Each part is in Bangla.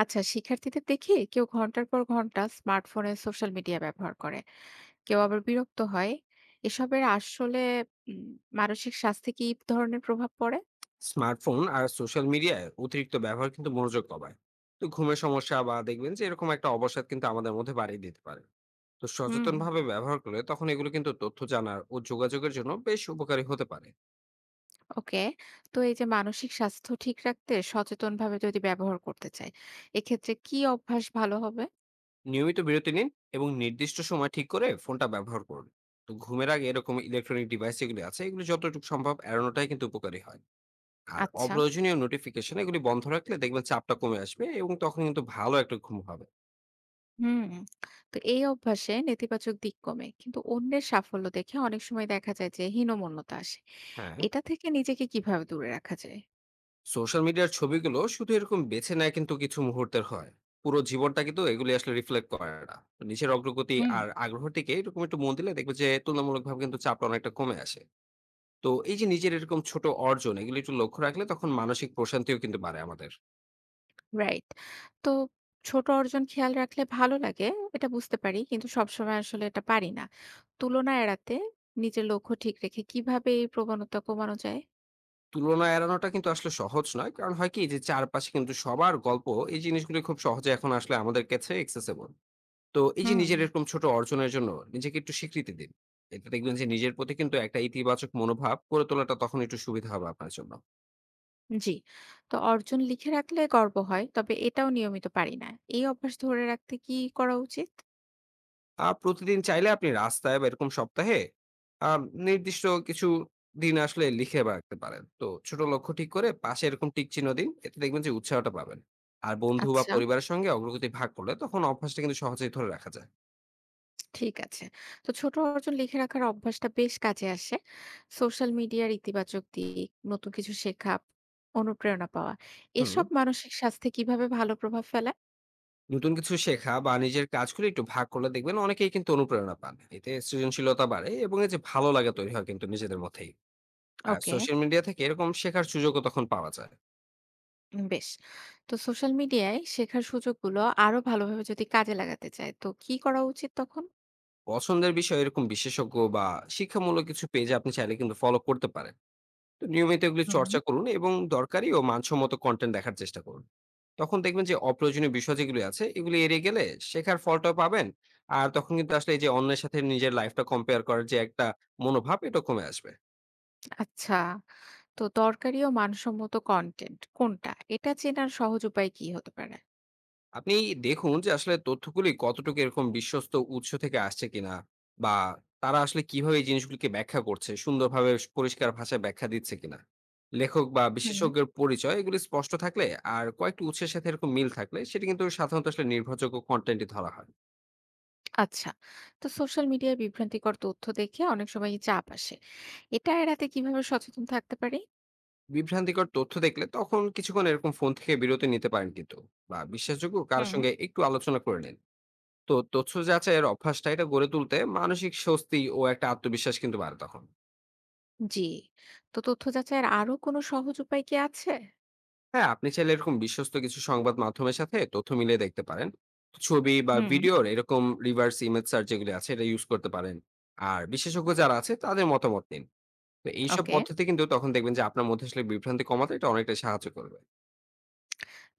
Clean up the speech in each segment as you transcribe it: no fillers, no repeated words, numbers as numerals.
আচ্ছা শিক্ষার্থীদের দেখি কেউ ঘন্টার পর ঘন্টা স্মার্টফোনে সোশ্যাল মিডিয়া ব্যবহার করে, কেউ আবার বিরক্ত হয়। এসবের আসলে উম, মানসিক স্বাস্থ্যে কি ধরনের প্রভাব পড়ে? স্মার্টফোন আর সোশ্যাল মিডিয়ায় অতিরিক্ত ব্যবহার কিন্তু মনোযোগ কমায়। তো ঘুমের সমস্যা বা দেখবেন যে এরকম একটা অবসাদ কিন্তু আমাদের মধ্যে বাড়িয়ে দিতে পারে। তো হুম। সচেতন ভাবে ব্যবহার করলে তখন এগুলো কিন্তু তথ্য জানার ও যোগাযোগের জন্য বেশ উপকারী হতে পারে। ওকে। তো এই যে মানসিক স্বাস্থ্য ঠিক রাখতে সচেতনভাবে যদি ব্যবহার করতে চাই, এক্ষেত্রে কি অভ্যাস ভালো হবে? নিয়মিত বিরতি নিন এবং নির্দিষ্ট সময় ঠিক করে ফোনটা ব্যবহার করুন। তো ঘুমের আগে এরকম ইলেকট্রনিক ডিভাইস যেগুলি আছে এগুলো যতটুকু সম্ভব এড়ানোটাই কিন্তু উপকারী হয়। আর আচ্ছা। অপ্রয়োজনীয় নোটিফিকেশন এগুলি বন্ধ রাখলে দেখবেন চাপটা কমে আসবে এবং তখন কিন্তু ভালো একটা ঘুম হবে। হুম। তো এই অভ্যাসে নেতিবাচক দিক কমে, কিন্তু অন্যের সাফল্য দেখে অনেক সময় দেখা যায় যে হীনমন্যতা আসে। হ্যাঁ। এটা থেকে নিজেকে কিভাবে দূরে রাখা যায়? সোশ্যাল মিডিয়ার ছবিগুলো শুধু এরকম বেছে নেয় কিন্তু কিছু মুহূর্তের হয়। পুরো জীবনটা কিন্তু এগুলি আসলে রিফ্লেক্ট করে না, তো নিজের অগ্রগতি হুম। আর আগ্রহটিকে এরকম একটু মন দিলে দেখবে যে তুলনামূলকভাবে কিন্তু চাপটা অনেকটা কমে আসে। তো এই যে নিজের এরকম ছোট অর্জন এগুলি একটু লক্ষ্য রাখলে তখন মানসিক প্রশান্তিও কিন্তু বাড়ে আমাদের। রাইট। তো ছোট অর্জন খেয়াল রাখলে ভালো লাগে, এটা বুঝতে পারি। কিন্তু সবসময় আসলে এটা পারি না। তুলনা এড়াতে নিজের লক্ষ্য ঠিক রেখে কিভাবে এই প্রবণতা কমানো যায়? তুলনা এড়ানোটা কিন্তু আসলে সহজ নয়, কারণ হয় কি যে চারপাশে কিন্তু সবার গল্প এই জিনিসগুলো খুব সহজে এখন আসলে আমাদের কাছে এক্সেসেবল। তো এই যে হুম। নিজের এরকম ছোট অর্জনের জন্য নিজেকে একটু স্বীকৃতি দিন। এতে দেখবেন যে নিজের প্রতি কিন্তু একটা ইতিবাচক মনোভাব গড়ে তোলাটা তখন একটু সুবিধা হবে আপনার জন্য। জি। তো অর্জন লিখে রাখলে গর্ব হয়, তবে এটাও নিয়মিত পারি না। এই অভ্যাস ধরে রাখতে কি করা উচিত? প্রতিদিন চাইলে আপনি রাস্তায় বা এরকম সপ্তাহে আ নির্দিষ্ট কিছু দিন আসলে লিখে রাখতে পারেন। তো ছোট লক্ষ্য ঠিক করে পাশে এরকম টিক চিহ্ন দিন। এতে দেখবেন যে উৎসাহটা পাবেন। আর বন্ধু বা আচ্ছা। পরিবারের সঙ্গে অগ্রগতি ভাগ করলে তখন অভ্যাসটা কিন্তু সহজেই ধরে রাখা যায়। ঠিক আছে। তো ছোট অর্জন লিখে রাখার অভ্যাসটা বেশ কাজে আসে। সোশ্যাল মিডিয়ার ইতিবাচক দিক, নতুন কিছু শেখা, অনুপ্রেরণা পাওয়া, হুম। এসব মানসিক স্বাস্থ্যে কিভাবে ভালো প্রভাব ফেলে? নতুন কিছু শেখা বা নিজের কাজগুলো একটু ভাগ করলে দেখবেন অনেকেই কিন্তু অনুপ্রেরণা পান, এতে সৃজনশীলতা বাড়ে এবং এই যে ভালো লাগা তৈরি হয় কিন্তু নিজেদের মধ্যেই। আর ওকে। সোশ্যাল মিডিয়া থেকে এরকম শেখার সুযোগও তখন পাওয়া যায়। বেশ। তো সোশ্যাল মিডিয়ায় শেখার সুযোগগুলো আরো ভালোভাবে যদি কাজে লাগাতে চায়, তো কি করা উচিত তখন? পছন্দের বিষয়ে এরকম বিশেষজ্ঞ বা শিক্ষামূলক কিছু পেজ আপনি চাইলে কিন্তু ফলো করতে পারেন। তো নিয়মিত এগুলি হুম। চর্চা করুন এবং দরকারি ও মানসম্মত কন্টেন্ট দেখার চেষ্টা করুন। তখন দেখবেন যে অপ্রয়োজনীয় বিষয় যেগুলি আছে এগুলি এড়িয়ে গেলে শেখার ফলটাও পাবেন। আর তখন কিন্তু আসলে এই যে অন্যের সাথে নিজের লাইফটা কম্পেয়ার করার যে একটা মনোভাব এটা কমে আসবে। আচ্ছা, তো দরকারি ও মানসম্মত কনটেন্ট কোনটা? এটা চেনার সহজ উপায় কি হতে পারে? আপনি দেখুন যে আসলে তথ্যগুলি কতটুকু এরকম বিশ্বস্ত উৎস থেকে আসছে কিনা, বা তারা আসলে কিভাবে এই জিনিসগুলিকে ব্যাখ্যা করছে, সুন্দরভাবে পরিষ্কার ভাষায় ব্যাখ্যা দিচ্ছে কিনা, লেখক বা হুম। বিশেষজ্ঞের পরিচয় এগুলি স্পষ্ট থাকলে আর কয়েকটি উৎসের সাথে এরকম মিল থাকলে সেটা কিন্তু সাধারণত আসলে নির্ভরযোগ্য কন্টেন্টই ধরা হয়। আচ্ছা, তো সোশ্যাল মিডিয়ায় বিভ্রান্তিকর তথ্য দেখে অনেক সময় চাপ আসে। এটা এড়াতে কিভাবে সচেতন থাকতে পারি? বিভ্রান্তিকর তথ্য দেখলে তখন কিছুক্ষণ এরকম ফোন থেকে বিরতি নিতে পারেন কিন্তু, বা বিশ্বাসযোগ্য কারোর হুম। সঙ্গে একটু আলোচনা করে নিন। তো তথ্য যাচাইয়ের অভ্যাসটা এটা গড়ে তুলতে মানসিক স্বস্তি ও একটা আত্মবিশ্বাস কিন্তু বাড়ে তখন। জি, তো তথ্য যাচাইয়ের আরো কোনো সহজ উপায় কি আছে? হ্যাঁ, আপনি চাইলে এরকম বিশ্বস্ত কিছু সংবাদ মাধ্যমের সাথে তথ্য মিলিয়ে দেখতে পারেন। ছবি বা হুম। ভিডিওর এরকম রিভার্স ইমেজ সার্চ যেগুলি আছে এটা ইউজ করতে পারেন। আর বিশেষজ্ঞ যারা আছে তাদের মতামত নিন। তো এইসব ওকে। পদ্ধতি কিন্তু তখন দেখবেন যে আপনার মধ্যে আসলে বিভ্রান্তি কমাতে এটা অনেকটা সাহায্য করবে।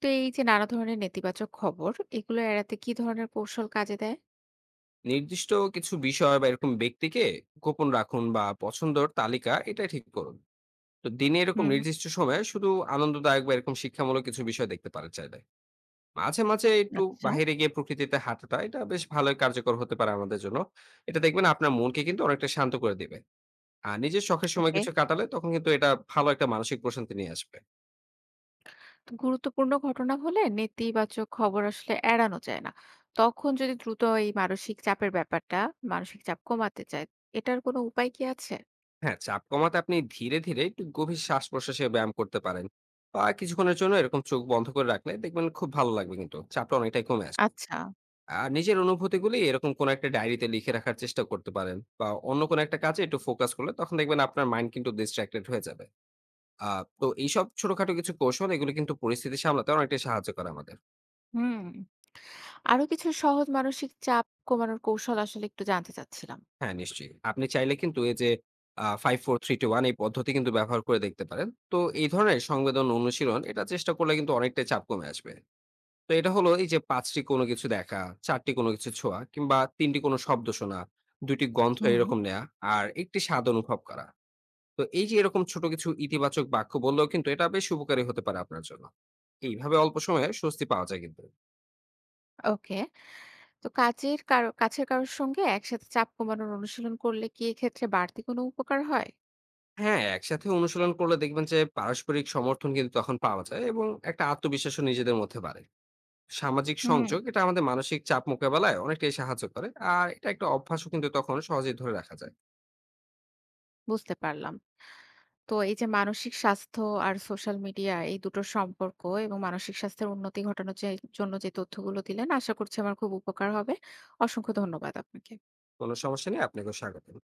তো এই যে নানা ধরনের নেতিবাচক খবর, এগুলো এড়াতে কি ধরনের কৌশল কাজে দেয়? নির্দিষ্ট কিছু বিষয় বা এরকম ব্যক্তিকে গোপন রাখুন, বা পছন্দর তালিকা এটা ঠিক করুন। তো দিনে এরকম হুম। নির্দিষ্ট সময়ে শুধু আনন্দদায়ক বা এরকম শিক্ষামূলক কিছু বিষয় দেখতে পারেন চাইলে। মাঝে, মাঝে একটু আচ্ছা। বাহিরে গিয়ে প্রকৃতিতে হাঁটাটা এটা বেশ ভালোই কার্যকর হতে পারে আমাদের জন্য। এটা দেখবেন আপনার মনকে কিন্তু অনেকটা শান্ত করে দিবে। আর নিজের শখের সময় ওকে। কিছু কাটালে তখন কিন্তু এটা ভালো একটা মানসিক প্রশান্তি নিয়ে আসবে। তো গুরুত্বপূর্ণ ঘটনা হলে নেতিবাচক খবর আসলে এড়ানো যায় না। তখন যদি দ্রুত এই মানসিক চাপের ব্যাপারটা, মানসিক চাপ কমাতে চায়, এটার কোনো উপায় কি আছে? হ্যাঁ, চাপ কমাতে আপনি ধীরে, ধীরে একটু গভীর শ্বাস-প্রশ্বাসে ব্যায়াম করতে পারেন। বা কিছুক্ষণের জন্য এরকম চোখ বন্ধ করে রাখলে দেখবেন খুব ভালো লাগবে কিন্তু। চাপটা অনেকটাই কমে আসবে। আচ্ছা। আর নিজের অনুভূতিগুলি এরকম কোনো একটা ডায়েরিতে লিখে রাখার চেষ্টা করতে পারেন, বা অন্য কোনো একটা কাজে একটু ফোকাস করলে তখন দেখবেন আপনার মাইন্ড কিন্তু distracted হয়ে যাবে। আ তো এইসব ছোটখাটো কিছু কৌশল এগুলো কিন্তু পরিস্থিতি সামলাতে অনেকটাই সাহায্য করে আমাদের। হুম, আরো কিছু সহজ মানসিক চাপ কমানোর কৌশল আসলে একটু জানতে চাচ্ছিলাম। হ্যাঁ, নিশ্চয়ই। আপনি চাইলে কিন্তু এই যে 5, 4, 3, 2, 1 এই পদ্ধতি কিন্তু ব্যবহার করে দেখতে পারেন। তো এই ধরনের সংবেদন অনুশীলন এটা চেষ্টা করলে কিন্তু অনেকটাই চাপ কমে আসবে। তো এটা হলো এই যে ৫ টি কোনো কিছু দেখা, ৪ টি কোনো কিছু ছোঁয়া, কিংবা ৩ টি কোনো শব্দ শোনা, ২ টি গন্ধ হুম। এরকম নেয়া, আর ১ টি স্বাদ অনুভব করা। তো এই যে এরকম ছোট কিছু ইতিবাচক বাক্য বললেও কিন্তু এটা বেশ উপকারী হতে পারে আপনার জন্য। এইভাবে অল্প সময়ে স্বস্তি পাওয়া যায় কিন্তু। ওকে। তো কাজের কারো কাছের কারোর সঙ্গে একসাথে চাপ কমানোর অনুশীলন করলে কি এক্ষেত্রে বাড়তি কোনো উপকার হয়? হ্যাঁ, একসাথে অনুশীলন করলে দেখবেন যে পারস্পরিক সমর্থন কিন্তু তখন পাওয়া যায় এবং একটা আত্মবিশ্বাসও নিজেদের মধ্যে বাড়ে। সামাজিক হুম। সংযোগ এটা আমাদের মানসিক চাপ মোকাবেলায় অনেকটাই সাহায্য করে। আর এটা একটা অভ্যাসও কিন্তু তখন সহজেই ধরে রাখা যায়। বুঝতে পারলাম। তো এই যে মানসিক স্বাস্থ্য আর সোশ্যাল মিডিয়া এই দুটোর সম্পর্ক এবং মানসিক স্বাস্থ্যের উন্নতি ঘটানোর যে জন্য যে তথ্যগুলো দিলেন আশা করছি আমার খুব উপকার হবে। অসংখ্য ধন্যবাদ আপনাকে। কোনো সমস্যা নেই, আপনাকেও স্বাগতম।